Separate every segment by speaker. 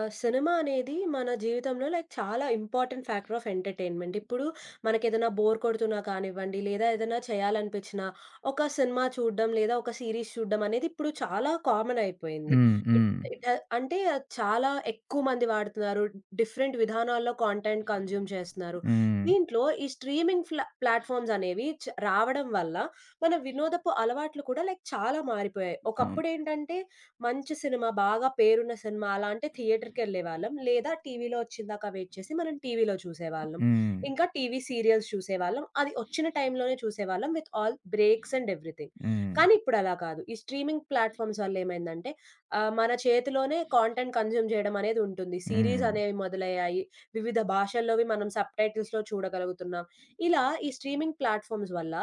Speaker 1: ఆ! సినిమా అనేది మన జీవితంలో చాలా ఇంపార్టెంట్ ఫ్యాక్టర్ ఆఫ్ ఎంటర్‌టైన్‌మెంట్. ఇప్పుడు మనకేదైనా బోర్ కొడుతున్నా కానివ్వండి, లేదా ఏదైనా చేయాలనిపించినా, ఒక సినిమా చూడడం, లేదా ఒక సీరీస్ చూడడం అనేది ఇప్పుడు చాలా కామన్ అయిపోయింది.
Speaker 2: హ్మ్.
Speaker 1: ఇట్
Speaker 2: హ్మ్.
Speaker 1: ఇట్ హ అంటే అది చాలా ఎక్కువ మంది వాడుతున్నారు. డిఫరెంట్ విధానాల్లో కంటెంట్ కన్జ్యూమ్ చేస్తున్నారు.
Speaker 2: హ్మ్.
Speaker 1: దీంట్లో ఈ స్ట్రీమింగ్ ప్లాట్‌ఫార్మ్స్ అనేవి రావడం వల్ల మన వినోదపు అలవాట్లు కూడా చాలా మారిపోయాయి.
Speaker 2: అవును.
Speaker 1: ఒకప్పుడేంటంటే మంచి సినిమా, బాగా పేరున్న సినిమా అలా అంటే థియేటర్‌కెళ్ళేవాళ్ళం. లేదా టీవీలో వచ్చిందాక వెయిట్ చేసి మనం టీవీలో చూసేవాళ్ళం.
Speaker 2: హ్మ్.
Speaker 1: ఇంకా టీవీ సీరియల్స్ చూసేవాళ్ళం. అది వచ్చిన టైంలోనే చూసేవాళ్ళం with all breaks and everything.
Speaker 2: హ్మ్.
Speaker 1: కానీ ఇప్పుడు అలా కాదు. ఈ స్ట్రీమింగ్ ప్లాట్‌ఫార్మ్స్ వల్ల ఏమైందంటే మన చేతిలోనే కాంటెంట్ కన్జ్యూమ్ చేయడం అనేది ఉంటుంది. సీరీస్
Speaker 2: హ్మ్.
Speaker 1: అనేవి మొదలయ్యాయి. వివిధ భాషల్లోవి మనం సబ్‌టైటిల్స్‌లో చూడగలుగుతున్నాం. ఇలా ఈ స్ట్రీమింగ్ ప్లాట్‌ఫార్మ్స్ వల్ల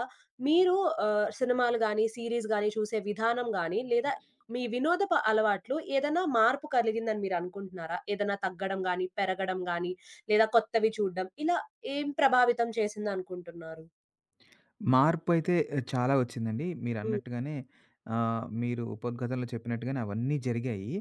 Speaker 1: మీరు సినిమాలు గాని, సీరీస్ గాని చూసే విధానం గాని లేదా మీ వినోదపు అలవాట్లు ఏదైనా మార్పు కలిగిందని మీరనుకుంటున్నారా? ఏదైనా తగ్గడం గాని, పెరగడం గాని, లేదా కొత్తవి చూడ్డం ఇలా ఏం ప్రభావితం చేసిందనుకుంటున్నారు?
Speaker 2: మార్పయితే చాలా వచ్చిందండి.
Speaker 1: హ్మ్.
Speaker 2: మీరన్నట్టుగానే మీరు ఉపద్ఘాతంలో చెప్పినట్టుగానే అవన్నీ జరిగాయి.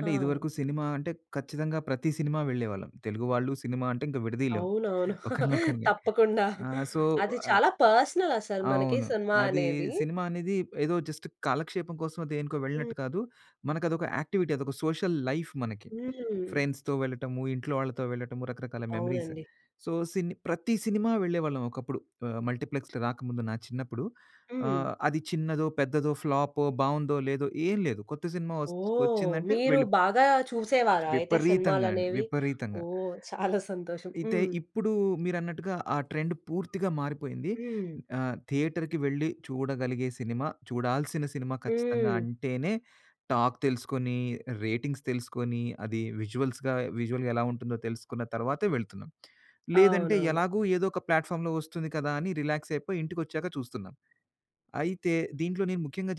Speaker 1: ఆ!
Speaker 2: ఇదివరకు సినిమా అంటే ఖచ్చితంగా ప్రతి సినిమా వెళ్ళేవాళ్ళం. తెలుగు వాళ్ళు సినిమా అంటే ఇంక విడదీయలేం
Speaker 1: అవునవును.
Speaker 2: ఒకళ్ళనొకళ్ళని.
Speaker 1: తప్పకుండా.
Speaker 2: ఆ! సో
Speaker 1: అది చాలా పర్సనల్ అసలు మనకి
Speaker 2: అవును.
Speaker 1: సినిమా
Speaker 2: అది
Speaker 1: అనేది.
Speaker 2: సినిమా అనేది ఏదో జస్ట్ కాలక్షేపం కోసమో, దేనికో
Speaker 1: హ్మ్.
Speaker 2: వెళ్ళినట్టు కాదు. మనకదొక యాక్టివిటీ. అదొక సోషల్ లైఫ్ మనకి.
Speaker 1: హ్మ్.
Speaker 2: ఫ్రెండ్స్‌తో వెళ్ళటము, ఇంట్లో వాళ్ళతో వెళ్ళటము, రకరకాల మెమరీస్.
Speaker 1: అవునండి.
Speaker 2: సో, ప్రతి సినిమా వెళ్ళేవాళ్ళం ఒకప్పుడు. మల్టీప్లెక్స్‌లు రాకముందు నా చిన్నప్పుడు.
Speaker 1: హ్మ్.
Speaker 2: అది చిన్నదో, పెద్దదో, ఫ్లాపో, బావుందో, లేదో ఏం లేదు. కొత్త సినిమా
Speaker 1: ఓహ్!
Speaker 2: వచ్చిందంటే
Speaker 1: మీరు
Speaker 2: వెళ్ళి
Speaker 1: బాగా చూసేవారా అయితే
Speaker 2: విపరీతంగా అండి.
Speaker 1: సినిమాలనేవి?
Speaker 2: విపరీతంగా.
Speaker 1: ఓహ్! చాలా సంతోషం.
Speaker 2: అయితే
Speaker 1: హ్మ్.
Speaker 2: ఇప్పుడు మీరన్నట్టుగా ఆ ట్రెండ్ పూర్తిగా మారిపోయింది.
Speaker 1: హ్మ్.
Speaker 2: థియేటర్‌కి వెళ్లి చూడగలిగే సినిమా, చూడాల్సిన సినిమా ఖచ్చితంగా
Speaker 1: హ్మ్.
Speaker 2: అంటేనే టాక్ తెలుసుకొని, రేటింగ్స్ తెలుసుకొని, అది విజువల్‌గా ఎలా ఉంటుందో తెలుసుకున్న తర్వాతే వెళ్తున్నాం. లేదంటే
Speaker 1: అవునవును.
Speaker 2: ఎలాగో ఏదో ఒక ప్లాట్‌ఫార్మ్‌లో వస్తుంది కదా! అని రిలాక్స్ అయిపోయి ఇంటికొచ్చాక చూస్తున్నాం. అయితే దీంట్లో నేను ముఖ్యంగా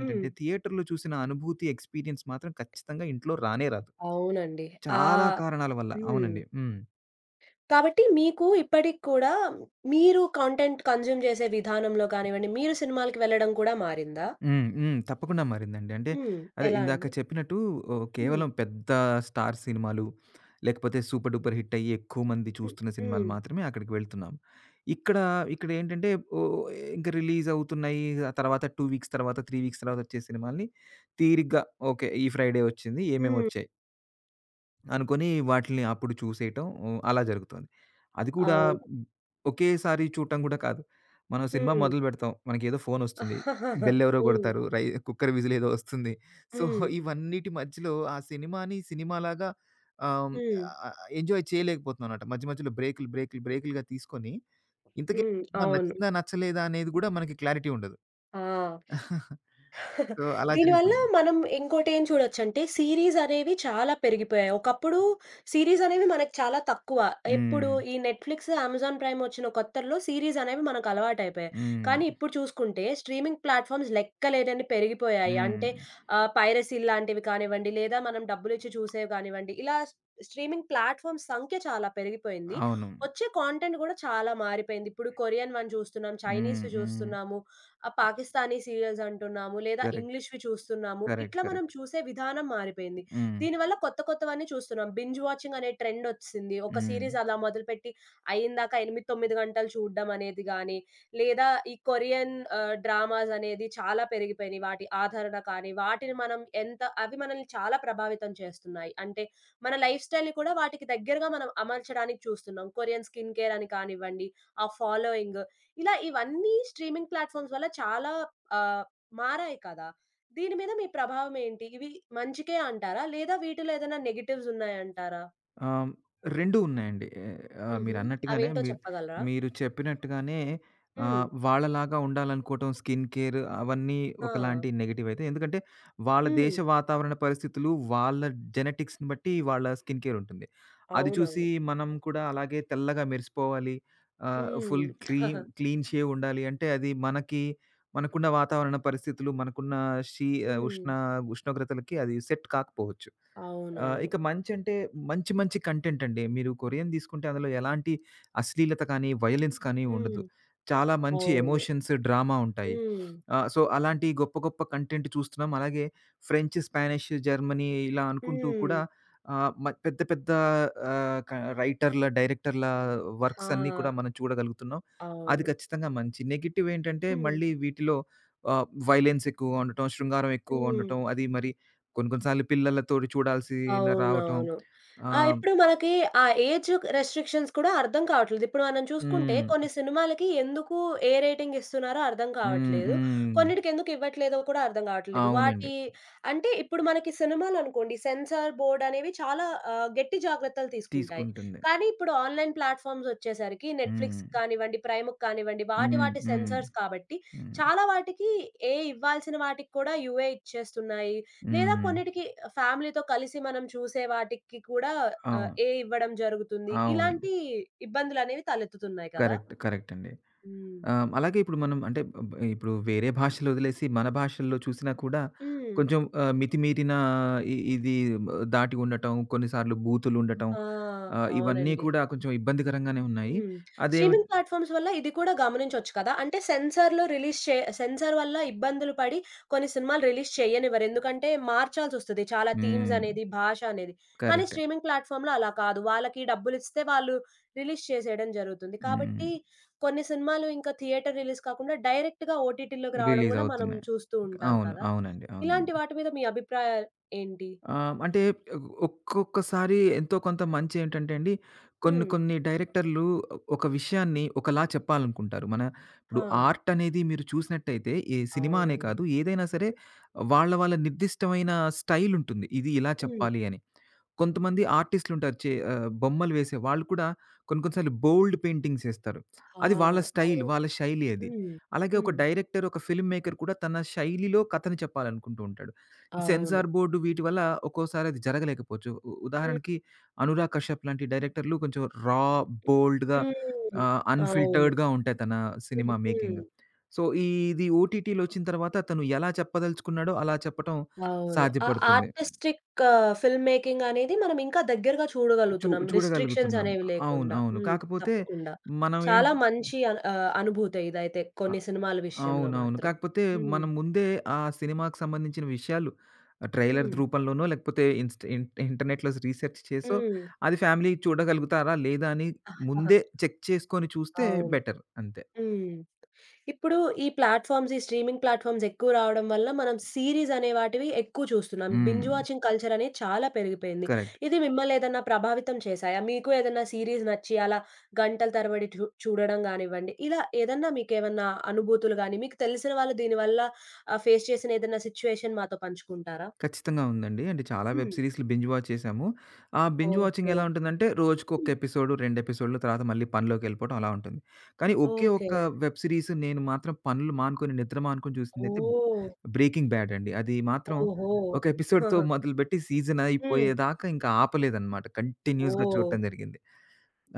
Speaker 1: హ్మ్.
Speaker 2: థియేటర్‌లో చూసిన అనుభూతి, ఎక్స్‌పీరియన్స్ మాత్రం ఖచ్చితంగా ఇంట్లో రానే రాదు.
Speaker 1: అవునండి.
Speaker 2: చాలా
Speaker 1: ఆహ్.
Speaker 2: కారణాల వల్ల.
Speaker 1: హ్మ్.
Speaker 2: అవునండి. హ్మ్.
Speaker 1: కాబట్టి మీకు ఇప్పటికి కూడా మీరు కంటెంట్ కన్జ్యూమ్ చేసే విధానంలో కానివ్వండి, మీరు సినిమాలకి వెళ్ళడం కూడా మారిందా?
Speaker 2: హ్మ్. హ్మ్. తప్పకుండా మారిందండి. అంటే
Speaker 1: హ్మ్.
Speaker 2: అదే
Speaker 1: ఎలా
Speaker 2: ఇందాక
Speaker 1: అండి?
Speaker 2: చెప్పినట్టు
Speaker 1: హ్మ్.
Speaker 2: కేవలం పెద్ద స్టార్ సినిమాలు, లేకపోతే సూపర్ డూపర్ హిట్ అయ్యి ఎక్కువ మంది
Speaker 1: హ్మ్.
Speaker 2: చూస్తున్న సినిమాలు
Speaker 1: హ్మ్.
Speaker 2: మాత్రమే అక్కడికి వెళ్తున్నాం. ఇక్కడ ఇక్కడేంటంటే ఓహ్, ఇంక రిలీజ్ అవుతున్నాయి. ఆ తర్వాత 2 వీక్స్ తర్వాత, 3 వీక్స్ తర్వాత వచ్చే సినిమాల్ని తీరిగ్గా ఓకే. ఈ ఫ్రైడే వచ్చింది.
Speaker 1: హ్మ్.
Speaker 2: ఏమేమొచ్చాయి? అనుకోని వాటిలిని అప్పుడు చూసేయటం అలా జరుగుతుంది. అది కూడా
Speaker 1: అవును.
Speaker 2: ఒకేసారి చూడటం గూడా కాదు. మనం సినిమా
Speaker 1: హ్మ్.
Speaker 2: మొదలు పెడతాం. మనకేదో ఫోనొస్తుంది. బెల్ ఎవరో
Speaker 1: హ్మ్.
Speaker 2: కొడతారు. రై కుక్కర్ విజిల్ ఏదో వస్తుంది. సో,
Speaker 1: హ్మ్.
Speaker 2: ఇవన్నిటి మధ్యలో ఆ సినిమాని సినిమాలాగా ఆహ్, హ్మ్,
Speaker 1: హ్మ్.
Speaker 2: ఎంజాయ్ చేయలేకపోతున్నామన్నమాట. మధ్య మధ్యలో బ్రేకులు, బ్రేకులు, బ్రేకులుగా తీసుకొని ఇంతకీ
Speaker 1: హ్మ్.
Speaker 2: సినిమా
Speaker 1: అవును.
Speaker 2: నచ్చిందా? నచ్చలేదా? అనేది గూడా మనకి క్లారిటీ ఉండదు.
Speaker 1: ఆ!
Speaker 2: సో, అలా
Speaker 1: దీనివల్ల
Speaker 2: జరుగుతుంది.
Speaker 1: మనం ఇంకోటేం చూడొచ్చంటే, సీరీస్ అనేవి చాలా పెరిగిపోయాయి. ఒకప్పుడు సీరీస్ అనేవి మనకు చాలా తక్కువ. ఎప్పుడు
Speaker 2: హ్మ్.
Speaker 1: ఈ నెట్‌ఫ్లిక్స్, అమెజాన్ ప్రైమ్ వచ్చిన కొత్తల్లో సీరీస్ అనేవి మనకు అలవాటయిపోయాయి.
Speaker 2: హ్మ్.
Speaker 1: కానీ ఇప్పుడు చూసుకుంటే స్ట్రీమింగ్ ప్లాట్‌ఫార్మ్స్ లెక్కలేనన్ని పెరిగిపోయాయి.
Speaker 2: హ్మ్.
Speaker 1: అంటే పైరసీలు లాంటివి కానివ్వండి, లేదా మనం డబ్బులిచ్చి చూసేవి కానివ్వండి, ఇలా స్ట్రీమింగ్ ప్లాట్‌ఫార్మ్స్ సంఖ్య చాలా పెరిగిపోయింది.
Speaker 2: అవును.
Speaker 1: వచ్చే కాంటెంట్ గూడా చాలా మారిపోయింది. ఇప్పుడు కొరియన్ వన్ చూస్తున్నాం,
Speaker 2: హ్మ్.
Speaker 1: చైనీస్‌వి
Speaker 2: హ్మ్.
Speaker 1: చూస్తున్నాము. ఆ పాకిస్తానీ సీరియల్స్ అంటున్నాము, లేదా
Speaker 2: కరెక్ట్.
Speaker 1: ఇంగ్లీష్‌వి చూస్తున్నాము.
Speaker 2: కరెక్ట్.
Speaker 1: ఇట్లా మనం
Speaker 2: కరెక్ట్.
Speaker 1: చూసే విధానం మారిపోయింది.
Speaker 2: హ్మ్.
Speaker 1: దీనివల్ల కొత్త కొత్తవన్నీ చూస్తున్నాం. బింజ్ వాచింగ్ అనే ట్రెండ్ ఒచ్చేసింది. ఒక
Speaker 2: హ్మ్.
Speaker 1: సీరీస్ అలా మొదలుపెట్టి అయిందాక 8, 9 గంటలు చూడడం అనేది గాని, లేదా ఈ కొరియన్ డ్రామాస్ అనేది చాలా పెరిగిపోయినాయి. వాటి ఆదరణ కానీ, వాటిని మనం ఎంత అవి మనల్ని చాలా ప్రభావితం చేస్తున్నాయి. అంటే మన లైఫ్ స్టైల్‌ని కూడా వాటికి దగ్గరగా మనం అమర్చడానికి చూస్తున్నాం. కొరియన్ స్కిన్ కేర్ అని కానివ్వండి, ఆ ఫాలోయింగ్ ఇలా ఇవన్నీ స్ట్రీమింగ్ ప్లాట్‌ఫామ్స్ వల్ల చాలా ఆహ్, మారాయి కదా! దీని మీద మీ ప్రభావం ఏంటి? ఇవి మంచికే అంటారా? లేదా వీటిలో ఏదైనా నెగెటివ్స్ ఉన్నాయంటారా?
Speaker 2: ఆహ్, రెండూ ఉన్నాయండి.
Speaker 1: హుహు.
Speaker 2: మీరన్నట్టుగానే
Speaker 1: అవేంటో
Speaker 2: మీరు
Speaker 1: చెప్పగలరా?
Speaker 2: మీరు చెప్పినట్టుగానే
Speaker 1: హ్మ్.
Speaker 2: వాళ్ళలాగా ఉండాలనుకోవటం స్కిన్ కేర్ అవన్నీ
Speaker 1: ఆ!
Speaker 2: ఒకలాంటి నెగెటివ్ అయితే. ఎందుకంటే వాళ్ళ దేశ
Speaker 1: హ్మ్.
Speaker 2: వాతావరణ పరిస్థితులు, వాళ్ళ జెనెటిక్స్‌ని బట్టి వాళ్ళ స్కిన్ కేర్ ఉంటుంది. అది చూసి
Speaker 1: అవునవును.
Speaker 2: మనం కూడా అలాగే తెల్లగా మెరిసిపోవాలి.
Speaker 1: హ్మ్.
Speaker 2: ఫుల్
Speaker 1: హ్మ్.
Speaker 2: క్రీమ్ క్లీన్ షేవ్ ఉండాలి అంటే అది మనకి మనకున్న వాతావరణ పరిస్థితులు, మనకున్న షీ ఉష్ణ ఉష్ణోగ్రతలకి అది సెట్ కాకపోవచ్చు. ఆ!
Speaker 1: అవునవును.
Speaker 2: ఇక మంచంటే మంచి మంచి కంటెంట్ అండి. మీరు కొరియన్ తీసుకుంటే అందులో ఎలాంటి అశ్లీలత కానీ, వయలెన్స్ కానీ
Speaker 1: హ్మ్.
Speaker 2: ఉండదు. చాలా మంచి
Speaker 1: అవును.
Speaker 2: ఎమోషన్స్, డ్రామా ఉంటాయి.
Speaker 1: హ్మ్.
Speaker 2: సో, అలాంటి గొప్ప గొప్ప కంటెంట్ చూస్తున్నాం. అలాగే ఫ్రెంచ్, స్పానిష్, జర్మనీ ఇలా అనుకుంటూ
Speaker 1: హ్మ్.
Speaker 2: కూడా ఆహ్, మ పెద్ద పెద్ద ఆహ్, క రైటర్‌ల, డైరెక్టర్‌ల వర్క్స్ అన్నీ
Speaker 1: ఆ!
Speaker 2: కూడా మనం చూడగలుగుతున్నాం. అది
Speaker 1: అవును.
Speaker 2: ఖచ్చితంగా మంచి. నెగెటివ్ ఏంటంటే
Speaker 1: హ్మ్.
Speaker 2: మళ్ళీ వీటిలో వయలెన్స్ ఎక్కువగా ఉండటం, శృంగారం ఎక్కువగా
Speaker 1: హ్మ్.
Speaker 2: ఉండటం, అది మరి కొన్ని కొన్ని సార్లు పిల్లలతోటి చూడాల్సిన రావటం.
Speaker 1: అవునవును. ఆ!
Speaker 2: ఆహ్,
Speaker 1: ఇప్పుడు మనకి ఆ ఏజ్ రెస్ట్రిక్షన్స్ కూడా అర్థం కావట్లేదు. ఇప్పుడు మనం చూసుకుంటే
Speaker 2: హ్మ్.
Speaker 1: కొన్ని సినిమాలకి ఎందుకు ఏ రేటింగ్ ఇస్తున్నారో అర్థం
Speaker 2: హ్మ్.
Speaker 1: కావట్లేదు.
Speaker 2: హ్మ్.
Speaker 1: కొన్నిటికి ఎందుకు ఇవ్వట్లేదో కూడా అర్థం కావట్లేదు.
Speaker 2: అవునండి.
Speaker 1: వాటి అంటే ఇప్పుడు మనకి సినిమాలనుకోండి సెన్సార్ బోర్డ్ అనేవి చాలా గట్టి జాగ్రత్తలు తీసుకుంటాయి.
Speaker 2: తీసుకుంటుంది.
Speaker 1: కానీ ఇప్పుడు ఆన్‌లైన్ ప్లాట్‌ఫార్మ్స్ వచ్చేసరికి నెట్‌ఫ్లిక్స్
Speaker 2: హ్మ్.
Speaker 1: కానివ్వండి, ప్రైమ్‌కి కానివ్వండి వాటి
Speaker 2: హ్మ్.
Speaker 1: వాటి
Speaker 2: హ్మ్.
Speaker 1: సెన్సార్స్ కాబట్టి
Speaker 2: హ్మ్.
Speaker 1: చాలా వాటికి ఏ ఇవ్వాల్సిన వాటికి కూడా యూఏ ఇచ్చేస్తున్నాయి. లేదా
Speaker 2: హ్మ్.
Speaker 1: కొన్నిటికి ఫ్యామిలీతో కలిసి మనం చూసే వాటికి కూడా
Speaker 2: అవును.
Speaker 1: ఏ ఇవ్వడం జరుగుతుంది.
Speaker 2: అవును.
Speaker 1: ఇలాంటి ఇబ్బందులనేవి తలెత్తుతున్నాయి కదా!
Speaker 2: కరెక్ట్. కరెక్ట్ అండి.
Speaker 1: హ్మ్.
Speaker 2: అలాగే ఇప్పుడు మనం అంటే ఇప్పుడు వేరే భాషలు వదిలేసి మన భాషల్లో చూసినా కూడా
Speaker 1: హ్మ్.
Speaker 2: కొంచెం మితిమీరిన ఇది దాటి ఉండటం, కొన్నిసార్లు బూతులు ఉండటం
Speaker 1: ఆ!
Speaker 2: ఇవన్నీ
Speaker 1: అవునండి.
Speaker 2: కూడా కొంచెం ఇబ్బందికరంగానే ఉన్నాయి.
Speaker 1: హ్మ్.
Speaker 2: అదేమి
Speaker 1: స్ట్రీమింగ్ ప్లాట్‌ఫార్మ్స్ వల్ల ఇది కూడా గమనించొచ్చు కదా! అంటే సెన్సార్‌లో రిలీజ్ చే సెన్సార్ వల్ల ఇబ్బందులు పడి కొన్ని సినిమాలు రిలీజ్ చేయనివ్వరు. ఎందుకంటే మార్చాల్సొస్తది. చాలా థీమ్స్
Speaker 2: హ్మ్.
Speaker 1: అనేది, భాష అనేది. కానీ
Speaker 2: కరెక్టే.
Speaker 1: స్ట్రీమింగ్ ప్లాట్‌ఫార్మ్‌లో అలా కాదు. వాళ్ళకి డబ్బులిస్తే వాళ్ళు రిలీజ్ చేసేయడం జరుగుతుంది.
Speaker 2: హ్మ్.
Speaker 1: కాబట్టి కొన్ని సినిమాలు ఇంకా థియేటర్ రిలీజ్ కాకుండా డైరెక్ట్‌గా ఓటీటీలోకి రావడం
Speaker 2: రిలీజ్
Speaker 1: గూడా మనం
Speaker 2: అవుతున్నాయి.
Speaker 1: చూస్తూ ఉంటాం
Speaker 2: అవును.
Speaker 1: కదా!
Speaker 2: అవునండి. అవునండి.
Speaker 1: ఇలాంటి వాటి మీద మీ అభిప్రాయాలు ఏంటి?
Speaker 2: అంటే ఒక్కొక్కసారి ఎంతో కొంత మంచి ఏంటంటే అండి, కొన్ని
Speaker 1: హ్మ్.
Speaker 2: కొన్ని డైరెక్టర్లు ఒక విషయాన్ని ఒకలా చెప్పాలనుకుంటారు. మన
Speaker 1: ఆ!
Speaker 2: ఇప్పుడు ఆర్ట్ అనేది మీరు చూసినట్టయితే ఏ సినిమా అనే
Speaker 1: అవునండి.
Speaker 2: కాదు ఏదైనా సరే వాళ్ళ వాళ్ళ నిర్దిష్టమైన స్టైల్ ఉంటుంది. ఇది ఇలా
Speaker 1: హ్మ్.
Speaker 2: చెప్పాలి అని. కొంతమంది ఆర్టిస్ట్‌లుంటారు. బొమ్మలు వేసే వాళ్ళు కూడా కొన్ని కొన్ని సార్లు బోల్డ్ పెయింటింగ్స్ ఏస్తారు.
Speaker 1: ఆ!
Speaker 2: అది వాళ్ళ స్టైల్,
Speaker 1: అవును.
Speaker 2: వాళ్ళ శైలి అది.
Speaker 1: హ్మ్.
Speaker 2: అలాగే ఒక
Speaker 1: హ్మ్.
Speaker 2: డైరెక్టర్, ఒక ఫిల్మ్ మేకర్ కూడా తన శైలిలో కథను చెప్పాలనుకుంటూ ఉంటాడు. ఈ
Speaker 1: అవును.
Speaker 2: సెన్సార్ బోర్డ్ వీటి వల్ల ఒక్కోసారి అది జరగలేకపోవచ్చు.
Speaker 1: హ్మ్.
Speaker 2: ఉదాహరణకి 'అనురాగ్ కశ్యప్' లాంటి డైరెక్టర్లు కొంచెం రా, బోల్డ్‌గా
Speaker 1: హ్మ్. అవును.
Speaker 2: అన్‌ఫిల్టర్డ్‌గా ఉంటాయి తన
Speaker 1: హ్మ్.
Speaker 2: సినిమా
Speaker 1: హ్మ్.
Speaker 2: మేకింగ్. సో, ఇది ఓటీటీలో వచ్చిన తర్వాత తను ఎలా చెప్పదలుచుకున్నాడో అలా చెప్పటం
Speaker 1: అవును. ఆ
Speaker 2: సాధ్యపడుతుంది.
Speaker 1: ఆర్టిస్టిక్ ఫిల్మ్ మేకింగ్ అనేది మనం ఇంకా దగ్గరగా చూడగలుగుతున్నాం. రిస్ట్రిక్షన్స్
Speaker 2: చూడగలుగుతున్నాము.
Speaker 1: అనేవి
Speaker 2: అవును.
Speaker 1: లేకుండా.
Speaker 2: అవును.
Speaker 1: హ్మ్.
Speaker 2: కాకపోతే
Speaker 1: తప్పకుండా.
Speaker 2: మనం ఏం
Speaker 1: చాలా మంచి అనుభూతే ఇదైతే
Speaker 2: అ
Speaker 1: కొన్ని సినిమాల విషయంలో
Speaker 2: అవునవును.
Speaker 1: మాత్రం.
Speaker 2: కాకపోతే
Speaker 1: హ్మ్.
Speaker 2: మనం ముందే ఆ సినిమాకి సంబంధించిన విషయాలు ట్రైలర్
Speaker 1: హ్మ్.
Speaker 2: రూపంలోనో లేకపోతే ఇన్‌స్ట ఇన్ ఇంటర్నెట్‌లో రీసెర్చ్ చేసో
Speaker 1: హ్మ్.
Speaker 2: అది ఫ్యామిలీ చూడగలుగుతారా లేదా అని ముందే చెక్ చేసుకొని చూస్తే
Speaker 1: అవును.
Speaker 2: బెటర్ అంతే.
Speaker 1: హ్మ్. ఇప్పుడు ఈ ప్లాట్‌ఫార్మ్స్, ఈ స్ట్రీమింగ్ ప్లాట్‌ఫార్మ్స్ ఎక్కువ రావడం వల్ల మనం సీరీస్ అనే వాటివి ఎక్కువ చూస్తున్నాం. బింజ్
Speaker 2: హ్మ్.
Speaker 1: వాచింగ్ కల్చర్ అనేది చాలా పెరిగిపోయింది.
Speaker 2: కరెక్ట్.
Speaker 1: ఇది మిమ్మల్ని ఏదన్నా ప్రభావితం చేశాయా? మీకు ఏదన్నా సీరీస్ నచ్చి అలా గంటల తరబడి చూడడం గానివ్వండి, ఇలా ఏదన్నా మీకేమన్నా అనుభూతులు గాని, మీకు తెలిసిన వాళ్ళు దీనివల్ల ఫేస్ చేసిన ఏదన్నా సిట్యుయేషన్ మాతో పంచుకుంటారా?
Speaker 2: ఖచ్చితంగా ఉందండి. అంటే చాలా వెబ్
Speaker 1: హ్మ్.
Speaker 2: సీరీస్‌లు బింజ్ వాచ్ చేశాము. ఆ బింజ్ వాచింగ్
Speaker 1: ఓహో!
Speaker 2: ఎలా ఉంటుందంటే రోజుకొక
Speaker 1: హ్మ్.
Speaker 2: ఎపిసోడ్, 2 ఎపిసోడ్‌లు తర్వాత మళ్ళీ పనిలోకెళ్ళిపోవడం అలా ఉంటుంది. కానీ ఒకే
Speaker 1: ఓకే.
Speaker 2: ఒక్క వెబ్ సీరీస్ నేను మాత్రం పనులు మానుకొని, నిద్ర మానుకొని చూసిందైతే
Speaker 1: ఓహ్!
Speaker 2: 'బ్రేకింగ్ బ్యాడ్' అండి. అది మాత్రం
Speaker 1: ఓహో!
Speaker 2: ఒక ఎపిసోడ్‌తో
Speaker 1: ఆహా!
Speaker 2: మొదలుపెట్టి సీజన్
Speaker 1: హ్మ్.
Speaker 2: అయిపోయేదాకా ఇంకా ఆపలేదనమాట. కంటిన్యూయస్‌గా
Speaker 1: ఓహ్!
Speaker 2: చూడటం జరిగింది.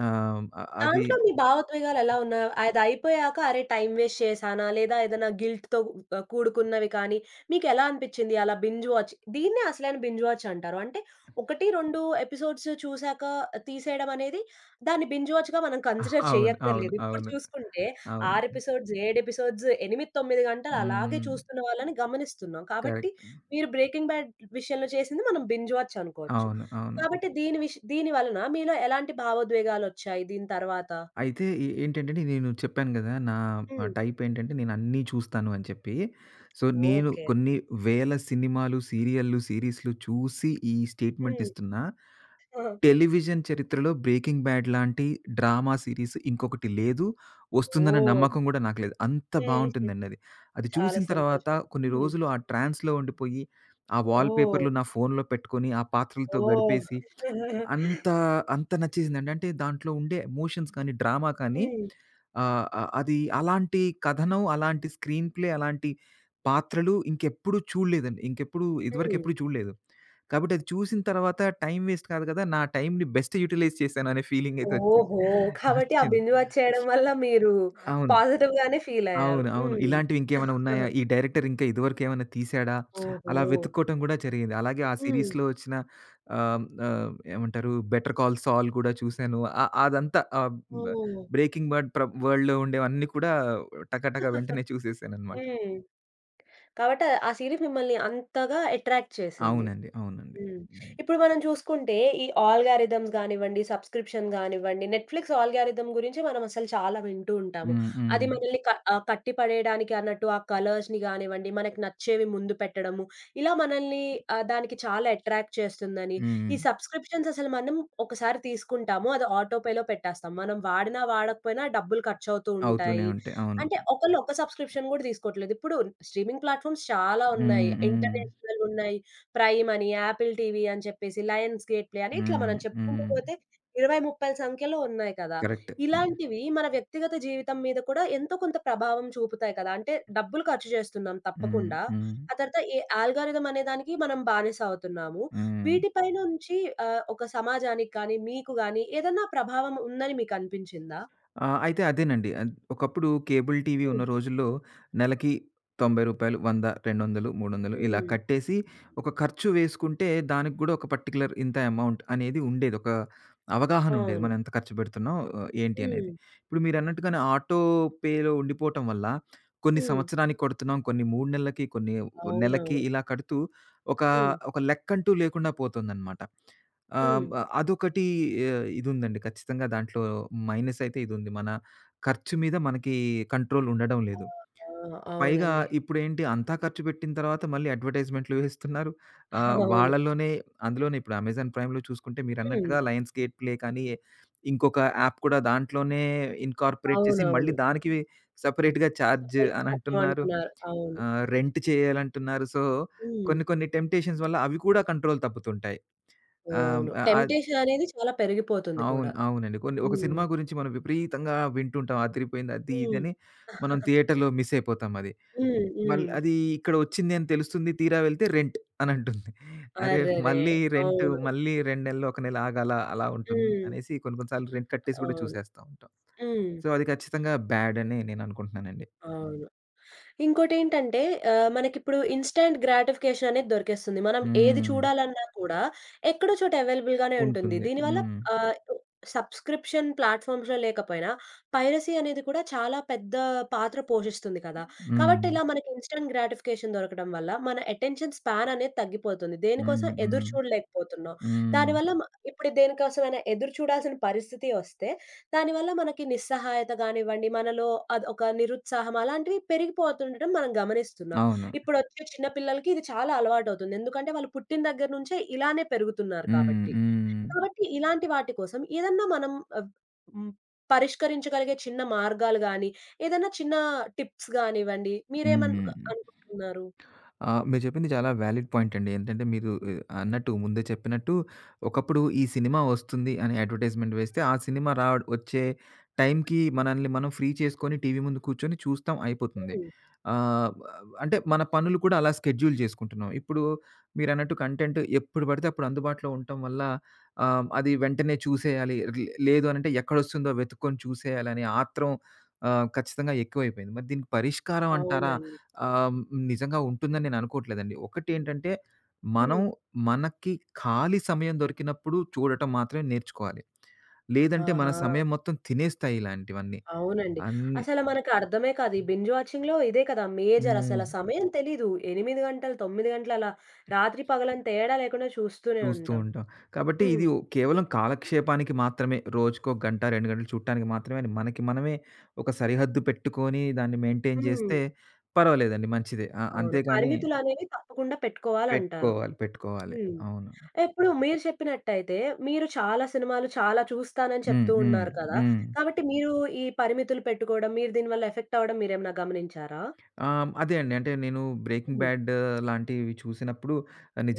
Speaker 2: ఆహ్, అది
Speaker 1: దాంట్లో మీ భావోద్వేగాలెలా ఉన్నాయి? అదయిపోయాక అరే! టైమ్ వేస్ట్ చేశానా? లేదా ఏదైనా గిల్ట్‌తో కూడుకున్నవి కానీ, మీకెలా అనిపిచ్చింది? అలా బింజ్ వాచ్ దీన్నే అసలైన బింజ్ వాచ్ అంటారు. అంటే 1, 2 ఎపిసోడ్స్ చూసాక తీసేయడం అనేది దాన్ని బింజ్ వాచ్‌గా మనం కన్సిడర్
Speaker 2: అవును. అవును.
Speaker 1: చేయక్కర్లేదు. ఇప్పుడు
Speaker 2: అవును.
Speaker 1: చూసుకుంటే
Speaker 2: అవును.
Speaker 1: 6 ఎపిసోడ్స్, 7 ఎపిసోడ్స్, 8, 9 గంటలు అలాగే
Speaker 2: హ్మ్.
Speaker 1: చూస్తున్న వాళ్ళని గమనిస్తున్నాం. కాబట్టి
Speaker 2: కరెక్ట్.
Speaker 1: మీరు 'బ్రేకింగ్ బ్యాడ్' విషయంలో చేసింది మనం బింజ్ వాచ్ అనుకోవచ్చు.
Speaker 2: అవును. అవును.
Speaker 1: కాబట్టి దీని వలన మీలో ఎలాంటి భావోద్వేగాలొచ్చాయి దీని తర్వాత?
Speaker 2: అయితే ఏ ఏంటంటేండి నేను చెప్పాను గదా! నా
Speaker 1: హ్మ్.
Speaker 2: టైప్ ఏంటంటే నేను అన్నీ చూస్తాను అని చెప్పి. సో, నేను
Speaker 1: ఓకే.
Speaker 2: కొన్ని వేల సినిమాలు, సీరియల్లు, సీరీస్‌లు చూసి ఈ స్టేట్మెంట్
Speaker 1: హ్మ్.
Speaker 2: ఇస్తున్నా.
Speaker 1: ఆ!
Speaker 2: టెలివిజన్ చరిత్రలో 'బ్రేకింగ్ బ్యాడ్' లాంటి డ్రామా సీరీస్ ఇంకొకటి లేదు. వస్తుందన్న
Speaker 1: ఓహ్!
Speaker 2: నమ్మకం గూడా నాకు లేదు. అంత
Speaker 1: హ్మ్. హ్మ్.
Speaker 2: బావుంటుందండి అది. అది
Speaker 1: చాలా
Speaker 2: చూసిన తర్వాత
Speaker 1: సంతోషం.
Speaker 2: కొన్ని
Speaker 1: హ్మ్.
Speaker 2: రోజులు ఆ ట్రాన్స్‌లో ఉండిపోయి, ఆ వాల్
Speaker 1: ఓహ్!
Speaker 2: పేపర్‌లు నా ఫోన్‌లో పెట్టుకొని, ఆ పాత్రలతో
Speaker 1: ఓహ్!
Speaker 2: గడిపేసి అంత, అంత నచ్చేసిందండి. అంటే దాంట్లో ఉండే ఎమోషన్స్ కానీ, డ్రామా కానీ
Speaker 1: హ్మ్.
Speaker 2: ఆహ్, అ అది అలాంటి కథనం, అలాంటి స్క్రీన్ ప్లే, అలాంటి పాత్రలు ఇంకెప్పుడు చూడలేదండి. ఇంకెప్పుడు ఇదివరకు
Speaker 1: హ్మ్.
Speaker 2: ఎప్పుడు చూడలేదు. కాబట్టి అది చూసిన తర్వాత టైం వేస్ట్ కాదు కదా! నా టైమ్‌ని బెస్ట్ యుటిలైజ్ చేశాననే ఫీలింగ్ అయితే వచ్చింది.
Speaker 1: ఓహో! కాబట్టి ఆ
Speaker 2: వచ్చింది.
Speaker 1: బింజ్ వాచ్ చేయడం వల్ల మీరు
Speaker 2: అవును.
Speaker 1: పాజిటివ్‌గానే ఫీల్ అయ్యారు.
Speaker 2: అవును. అవును.
Speaker 1: హ్మ్.
Speaker 2: ఇలాంటివి ఇంకేమైనా ఉన్నాయా? ఈ డైరెక్టర్ ఇంకా ఇదివరకు ఏమైనా తీసాడా?
Speaker 1: ఓహో!
Speaker 2: అలా వెతుక్కోవటం కూడా జరిగింది. అలాగే ఆ
Speaker 1: హ్మ్.
Speaker 2: సీరీస్‌లో వచ్చిన ఆహ్, ఆహ్, ఏమంటారు 'బెటర్ కాల్ సాల్' కూడా చూసాను. అదంతా ఆహ్, బ్
Speaker 1: ఓహ్!
Speaker 2: 'బ్రేకింగ్ బడ్' వరల్డ్‌లో ఉండేవన్నీ కూడా టకటక వెంటనే చూసేసాననమాట.
Speaker 1: హ్మ్. కాబట్టి ఆ సీరీస్ మిమ్మల్ని అంతగా అట్రాక్ట్ చేసింది.
Speaker 2: అవునండి. అవునండి.
Speaker 1: హ్మ్.
Speaker 2: హ్మ్.
Speaker 1: ఇప్పుడు మనం చూసుకుంటే ఈ ఆల్గారిథమ్స్ గానివ్వండి, సబ్స్క్రిప్షన్ గానివ్వండి, నెట్‌ఫ్లిక్స్ ఆల్గారిథమ్ గురించి మనం అసలు చాలా వింటూ ఉంటాము.
Speaker 2: హ్మ్.
Speaker 1: అది
Speaker 2: హ్మ్.
Speaker 1: మనల్ని కట్టి పడేయడానికి అన్నట్టు ఆ కలర్స్‌ని గానివ్వండి, మనకి నచ్చేవి ముందు పెట్టడము, ఇలా మనల్ని దానికి చాలా అట్రాక్ట్ చేస్తుందని,
Speaker 2: హ్మ్.
Speaker 1: ఈ సబ్స్క్రిప్షన్స్ అసలు మనం ఒకసారి తీసుకుంటాము. అది ఆటో పేలో పెట్టేస్తాం. మనం వాడినా, వాడకపోయినా డబ్బులు ఖర్చవుతూ
Speaker 2: అవుతూనే
Speaker 1: ఉంటాయి.
Speaker 2: ఉంటాయి. అవును.
Speaker 1: అంటే ఒకళ్ళు ఒక సబ్స్క్రిప్షన్ గూడా తీసుకోవట్లేదు. ఇప్పుడు స్ట్రీమింగ్ ప్లాట్‌ఫార్మ్స్ చాలా ఉన్నాయి.
Speaker 2: హ్మ్. హ్మ్.
Speaker 1: ఇంటర్నేషనల్ ఉన్నాయి. ప్రైమ్ అని, యాపిల్ టీవీ అని చెప్పేసి, లయన్స్ గేట్ ప్లే అని ఇట్లా
Speaker 2: హ్మ్.
Speaker 1: మనం చెప్పుకుంటూ
Speaker 2: హ్మ్.
Speaker 1: పోతే 20, 30 సంఖ్యలో ఉన్నాయి కదా!
Speaker 2: కరెక్ట్.
Speaker 1: ఇలాంటివి మన వ్యక్తిగత జీవితం మీద కూడా ఎంతో కొంత ప్రభావం చూపుతాయి కదా! అంటే డబ్బులు ఖర్చు చేస్తున్నాం
Speaker 2: హ్మ్.
Speaker 1: తప్పకుండా.
Speaker 2: హ్మ్.
Speaker 1: ఆ తర్వాత ఏ ఆల్గారిథం అనే దానికి మనం బానిస అవుతున్నాము.
Speaker 2: హ్మ్.
Speaker 1: వీటిపై నుంచి ఒక సమాజానికి కానీ, మీకు గానీ ఏదన్నా ప్రభావం ఉందని మీకు అనిపించిందా?
Speaker 2: ఆ! అయితే అదేనండి. ఒకప్పుడు కేబుల్ టీవీ ఉన్న
Speaker 1: హ్మ్.
Speaker 2: రోజుల్లో నెలకి రూ. 90, రూ. 100, 200, 300 ఇలా
Speaker 1: హ్మ్.
Speaker 2: కట్టేసి ఒక ఖర్చు వేసుకుంటే దానికి గూడా ఒక పర్టిక్యులర్ ఇంత అమౌంట్ అనేది ఉండేది. ఒక అవగాహన ఉండేది.
Speaker 1: అవును.
Speaker 2: మనం ఎంత ఖర్చు పెడుతున్నాం ఏంటి
Speaker 1: హ్మ్.
Speaker 2: అనేది. ఇప్పుడు మీరన్నట్టుగానే ఆటో పేలో ఉండిపోవటం వల్ల కొన్ని
Speaker 1: హ్మ్.
Speaker 2: సంవత్సరానికి కొడుతున్నాం, కొన్ని 3 నెలలకి, కొన్ని నెలకి
Speaker 1: అవునవును.
Speaker 2: ఇలా కడుతూ ఒక
Speaker 1: హ్మ్.
Speaker 2: ఒక లెక్కంటూ లేకుండా పోతుందన్నమాట. ఆహ్,
Speaker 1: హ్మ్.
Speaker 2: బ అదొకటి ఇదుందండి. ఖచ్చితంగా దాంట్లో మైనస్ అయితే ఇదుంది. మన ఖర్చు మీద మనకి కంట్రోల్ ఉండడం లేదు.
Speaker 1: ఆ! ఆ!
Speaker 2: పైగా
Speaker 1: అవునండి.
Speaker 2: ఇప్పుడేంటి అంతా ఖర్చు పెట్టిన తర్వాత మళ్ళీ అడ్వర్టైజ్మెంట్‌లు వేస్తున్నారు. ఆహ్,
Speaker 1: అవును.
Speaker 2: వాళ్ళలోనే అందులోనే ఇప్పుడు అమెజాన్ ప్రైమ్‌లో చూసుకుంటే
Speaker 1: హ్మ్.
Speaker 2: మీరన్నట్టుగా లయన్స్ గేట్ ప్లే కానీ, ఇంకొక యాప్ కూడా దాంట్లోనే ఇన్కార్పొరేట్ చేసి మళ్ళీ
Speaker 1: అవునవును.
Speaker 2: దానికి సెపరేట్‌గా చార్జ్
Speaker 1: సెపరేట్‌గా
Speaker 2: అనంటున్నారు.
Speaker 1: కట్టమంటున్నారు. అవును.
Speaker 2: రెంట్ చేయాలంటున్నారు. సో,
Speaker 1: హ్మ్.
Speaker 2: కొన్ని కొన్ని టెంప్టేషన్స్ వల్ల అవి కూడా కంట్రోల్ తప్పుతుంటాయి. ఆహ్,
Speaker 1: అవును.
Speaker 2: ఆ!
Speaker 1: టెంప్టేషన్ అనేది చాలా పెరిగిపోతుంది కూడా.
Speaker 2: అవును. అవునండి. కొన్ని ఒక
Speaker 1: హ్మ్.
Speaker 2: సినిమా గురించి మనం విపరీతంగా వింటుంటాం. అదిరిపోయింది అది ఇది
Speaker 1: హ్మ్.
Speaker 2: అని మనం థియేటర్‌లో మిస్ అయిపోతాం అది.
Speaker 1: హ్మ్. హ్మ్.
Speaker 2: అది ఇక్కడ వచ్చింది అని తెలుస్తుంది. తీరా వెళ్తే రెంట్ అని అంటుంది. అరే!
Speaker 1: అరెరే!
Speaker 2: మళ్ళీ రెంట్
Speaker 1: అవును.
Speaker 2: మళ్ళీ 2 నెలలు, ఒక నెల ఆగాల అలా ఉంటుంది
Speaker 1: హ్మ్.
Speaker 2: అనేసి కొన్ని కొన్ని సార్లు రెంట్ కట్టేసి కూడా
Speaker 1: అవును.
Speaker 2: చూసేస్తా ఉంటాం.
Speaker 1: హ్మ్.
Speaker 2: సో, అది ఖచ్చితంగా బ్యాడ్ అని నేను అనుకుంటున్నానండి.
Speaker 1: అవును. ఇంకోటేంటంటే మనకిప్పుడు ఇన్‌స్టాంట్ గ్రాటిఫికేషన్ అనేది దొరికేస్తుంది. మనం ఏది హ్మ్.
Speaker 2: హ్మ్.
Speaker 1: చూడాలన్నా కూడా ఎక్కడో చోట అవైలబుల్‌గానే ఉంటుంది.
Speaker 2: ఉంటుంది.
Speaker 1: దీనివల్ల
Speaker 2: హ్మ్.
Speaker 1: ఆహ్, సబ్స్క్రిప్షన్ ప్లాట్‌ఫార్మ్స్‌లో లేకపోయినా పైరసీ అనేది కూడా చాలా పెద్ద పాత్ర పోషిస్తుంది కదా! కాబట్టి
Speaker 2: హ్మ్.
Speaker 1: ఇలా మనకి ఇన్‌స్టాంట్ గ్రాటిఫికేషన్ దొరకడం వల్ల మన అటెన్షన్ స్పాన్ అనేది తగ్గిపోతుంది. దేనికోసం
Speaker 2: హ్మ్.
Speaker 1: ఎదురు
Speaker 2: హ్మ్.
Speaker 1: చూడలేకపోతున్నాం.
Speaker 2: హ్మ్.
Speaker 1: దానివల్ల ఇప్పుడు దేనికోసమైనా ఎదురు చూడాల్సిన పరిస్థితి వస్తే దానివల్ల మనకి నిస్సహాయత గానివ్వండి, మనలో అదొక నిరుత్సాహం అలాంటివి పెరిగిపోతుండటం మనం గమనిస్తున్నాం.
Speaker 2: అవును.
Speaker 1: ఇప్పుడొచ్చే చిన్న పిల్లలకి ఇది చాలా అలవాటవుతుంది. ఎందుకంటే వాళ్ళు పుట్టిన దగ్గర నుంచే ఇలానే పెరుగుతున్నారు
Speaker 2: హ్మ్.
Speaker 1: కాబట్టి.
Speaker 2: హ్మ్.
Speaker 1: కాబట్టి ఇలాంటి వాటి కోసం ఏదన్నా మనం ఆహ్, హ్మ్, పరిష్కరించగలిగే చిన్న మార్గాలు గానీ, ఏదన్నా చిన్న టిప్స్ గానివ్వండి,
Speaker 2: హ్మ్.
Speaker 1: అనుకుంటున్నారు?
Speaker 2: ఆ! మీరు చెప్పింది చాలా వ్యాలిడ్ పాయింట్ అండి. ఏంటంటే మీరు అన్నట్టు ముందే చెప్పినట్టు ఒకప్పుడు ఈ సినిమా వస్తుంది అని అడ్వర్టైజ్‌మెంట్ వేస్తే ఆ సినిమా వచ్చే టైంకి మనల్ని మనం ఫ్రీ చేసుకొని టీవీ ముందు కూర్చొని చూస్తాం అయిపోతుంది.
Speaker 1: హ్మ్.
Speaker 2: ఆహ్, అంటే మన పనులు కూడా అలా స్కెడ్యూల్ చేసుకుంటున్నాం. ఇప్పుడు మీరన్నట్టు కంటెంట్ ఎప్పుడు పడితే అప్పుడు అందుబాటులో ఉండటం వల్ల అది వెంటనే చూసేయాలి. లేదు అనంటే ఎక్కడొస్తుందో వెతుక్కొని చూసేయాలనే ఆత్రం ఖచ్చితంగా ఎక్కువైపోయింది. మరి దీనికి పరిష్కారం అంటారా?
Speaker 1: అవునండి.
Speaker 2: ఆహ్, హ్మ్. నిజంగా ఉంటుందని నేను అనుకోవట్లేదండి. ఒకటేంటంటే, మనం
Speaker 1: హ్మ్.
Speaker 2: మనకి ఖాళీ సమయం దొరికినప్పుడు చూడటం మాత్రమే నేర్చుకోవాలి. లేదంటే మన
Speaker 1: ఆహా!
Speaker 2: సమయం మొత్తం తినేస్తాయి ఇలాంటివన్నీ.
Speaker 1: అవునండి.
Speaker 2: అన్నీ
Speaker 1: అసల మనకర్థమే కాదు. ఈ బింజ్ వాచింగ్‌లో ఇదే కదా మేజర్
Speaker 2: హ్మ్.
Speaker 1: అసల సమయం తెలీదు. 8 గంటలు, 9 గంటలు అలా రాత్రి పగలని తేడా లేకుండా చూస్తూనే
Speaker 2: చూస్తూ
Speaker 1: ఉంటాం.
Speaker 2: ఉంటాం. కాబట్టి
Speaker 1: హ్మ్.
Speaker 2: ఇది ఓ కేవలం కాలక్షేపానికి మాత్రమే రోజుకో గంట, 2 గంటలు చూడటానికి మాత్రమే అని మనకి మనమే ఒక సరిహద్దు పెట్టుకొని దాన్ని మెయింటైన్
Speaker 1: హ్మ్.
Speaker 2: చేస్తే పర్వాలేదండి మంచిదే. ఆ!
Speaker 1: అవును.
Speaker 2: అంతేగాని
Speaker 1: పరిమితులనేవి తప్పకుండా పెట్టుకోవాలంటారు.
Speaker 2: పెట్టుకోవాలి, పెట్టుకోవాలి.
Speaker 1: హ్మ్.
Speaker 2: అవును.
Speaker 1: ఇప్పుడు మీరు చెప్పినట్టయితే మీరు చాలా సినిమాలు చాలా చూస్తానని
Speaker 2: హ్మ్.
Speaker 1: చెప్తూ
Speaker 2: హ్మ్.
Speaker 1: ఉన్నారు కదా!
Speaker 2: హ్మ్.
Speaker 1: కాబట్టి మీరు ఈ పరిమితులు పెట్టుకోవడం, మీరు దీనివల్ల ఎఫెక్ట్ అవ్వడం మీరేమైనా గమనించారా?
Speaker 2: ఆ! అదే అండి. అంటే నేను 'బ్రేకింగ్
Speaker 1: హ్మ్.
Speaker 2: బ్యాడ్' లాంటివి చూసినప్పుడు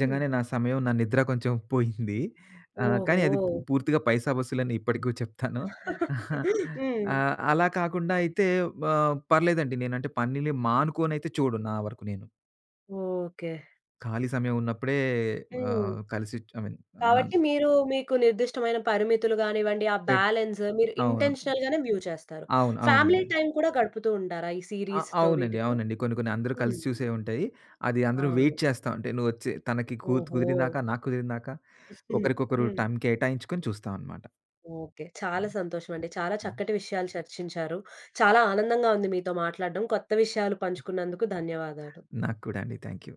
Speaker 1: హ్మ్.
Speaker 2: నా సమయం, నా నిద్ర కొంచెం పోయింది. కానీ
Speaker 1: ఓహో!
Speaker 2: అది పూర్తిగా పైసా వసూలని ఇప్పటికి చెప్తాను.
Speaker 1: హ్మ్.
Speaker 2: అలా కాకుండా అయితే పర్లేదండి. నేనంటే పనిని మానుకోనైతే చూడను నా వరకు నేను.
Speaker 1: ఓకే.
Speaker 2: ఖాళీ సమయం ఉన్నప్పుడే
Speaker 1: హ్మ్.
Speaker 2: కలిసి ఐ మీన్ ఆహ్,
Speaker 1: కాబట్టి మీరు మీకు నిర్దిష్టమైన పరిమితులు గానివ్వండి, ఆ
Speaker 2: పెట్
Speaker 1: బ్యాలెన్స్ మీరు
Speaker 2: అవును.
Speaker 1: ఇంటెన్షనల్‌గానే వ్యూ చేస్తారు.
Speaker 2: అవును.
Speaker 1: ఫ్యామిలీ
Speaker 2: అవునండి.
Speaker 1: అవును. టైమ్ కూడా గడుపుతూ ఉంటారా ఈ
Speaker 2: ఆ!
Speaker 1: సీరీస్‌తో
Speaker 2: అవునండి.
Speaker 1: వీటితో?
Speaker 2: అవునండి. కొన్ని కొన్ని అందరూ
Speaker 1: హ్మ్.
Speaker 2: కలిసి హ్మ్. చూసేవి ఉంటాయి. అది అందరూ
Speaker 1: అవును.
Speaker 2: వెయిట్ చేస్తా ఉంటాయి. నువ్వొచ్చి తనకి
Speaker 1: ఓహో!
Speaker 2: కుదిరిందాకా, నాకు కుదిరిందాకా
Speaker 1: హ్మ్.
Speaker 2: ఒకరికొకరు
Speaker 1: హ్మ్.
Speaker 2: టైం కేటాయించుకొని చూస్తామనమాట.
Speaker 1: ఓకే. చాలా
Speaker 2: హ్మ్.
Speaker 1: సంతోషం అండి. చాలా చక్కటి విషయాలు చర్చించారు. చాలా ఆనందంగా ఉంది మీతో మాట్లాడడం. కొత్త విషయాలు పంచుకున్నందుకు ధన్యవాదాలు.
Speaker 2: నాకు కూడా అండి. Thank you.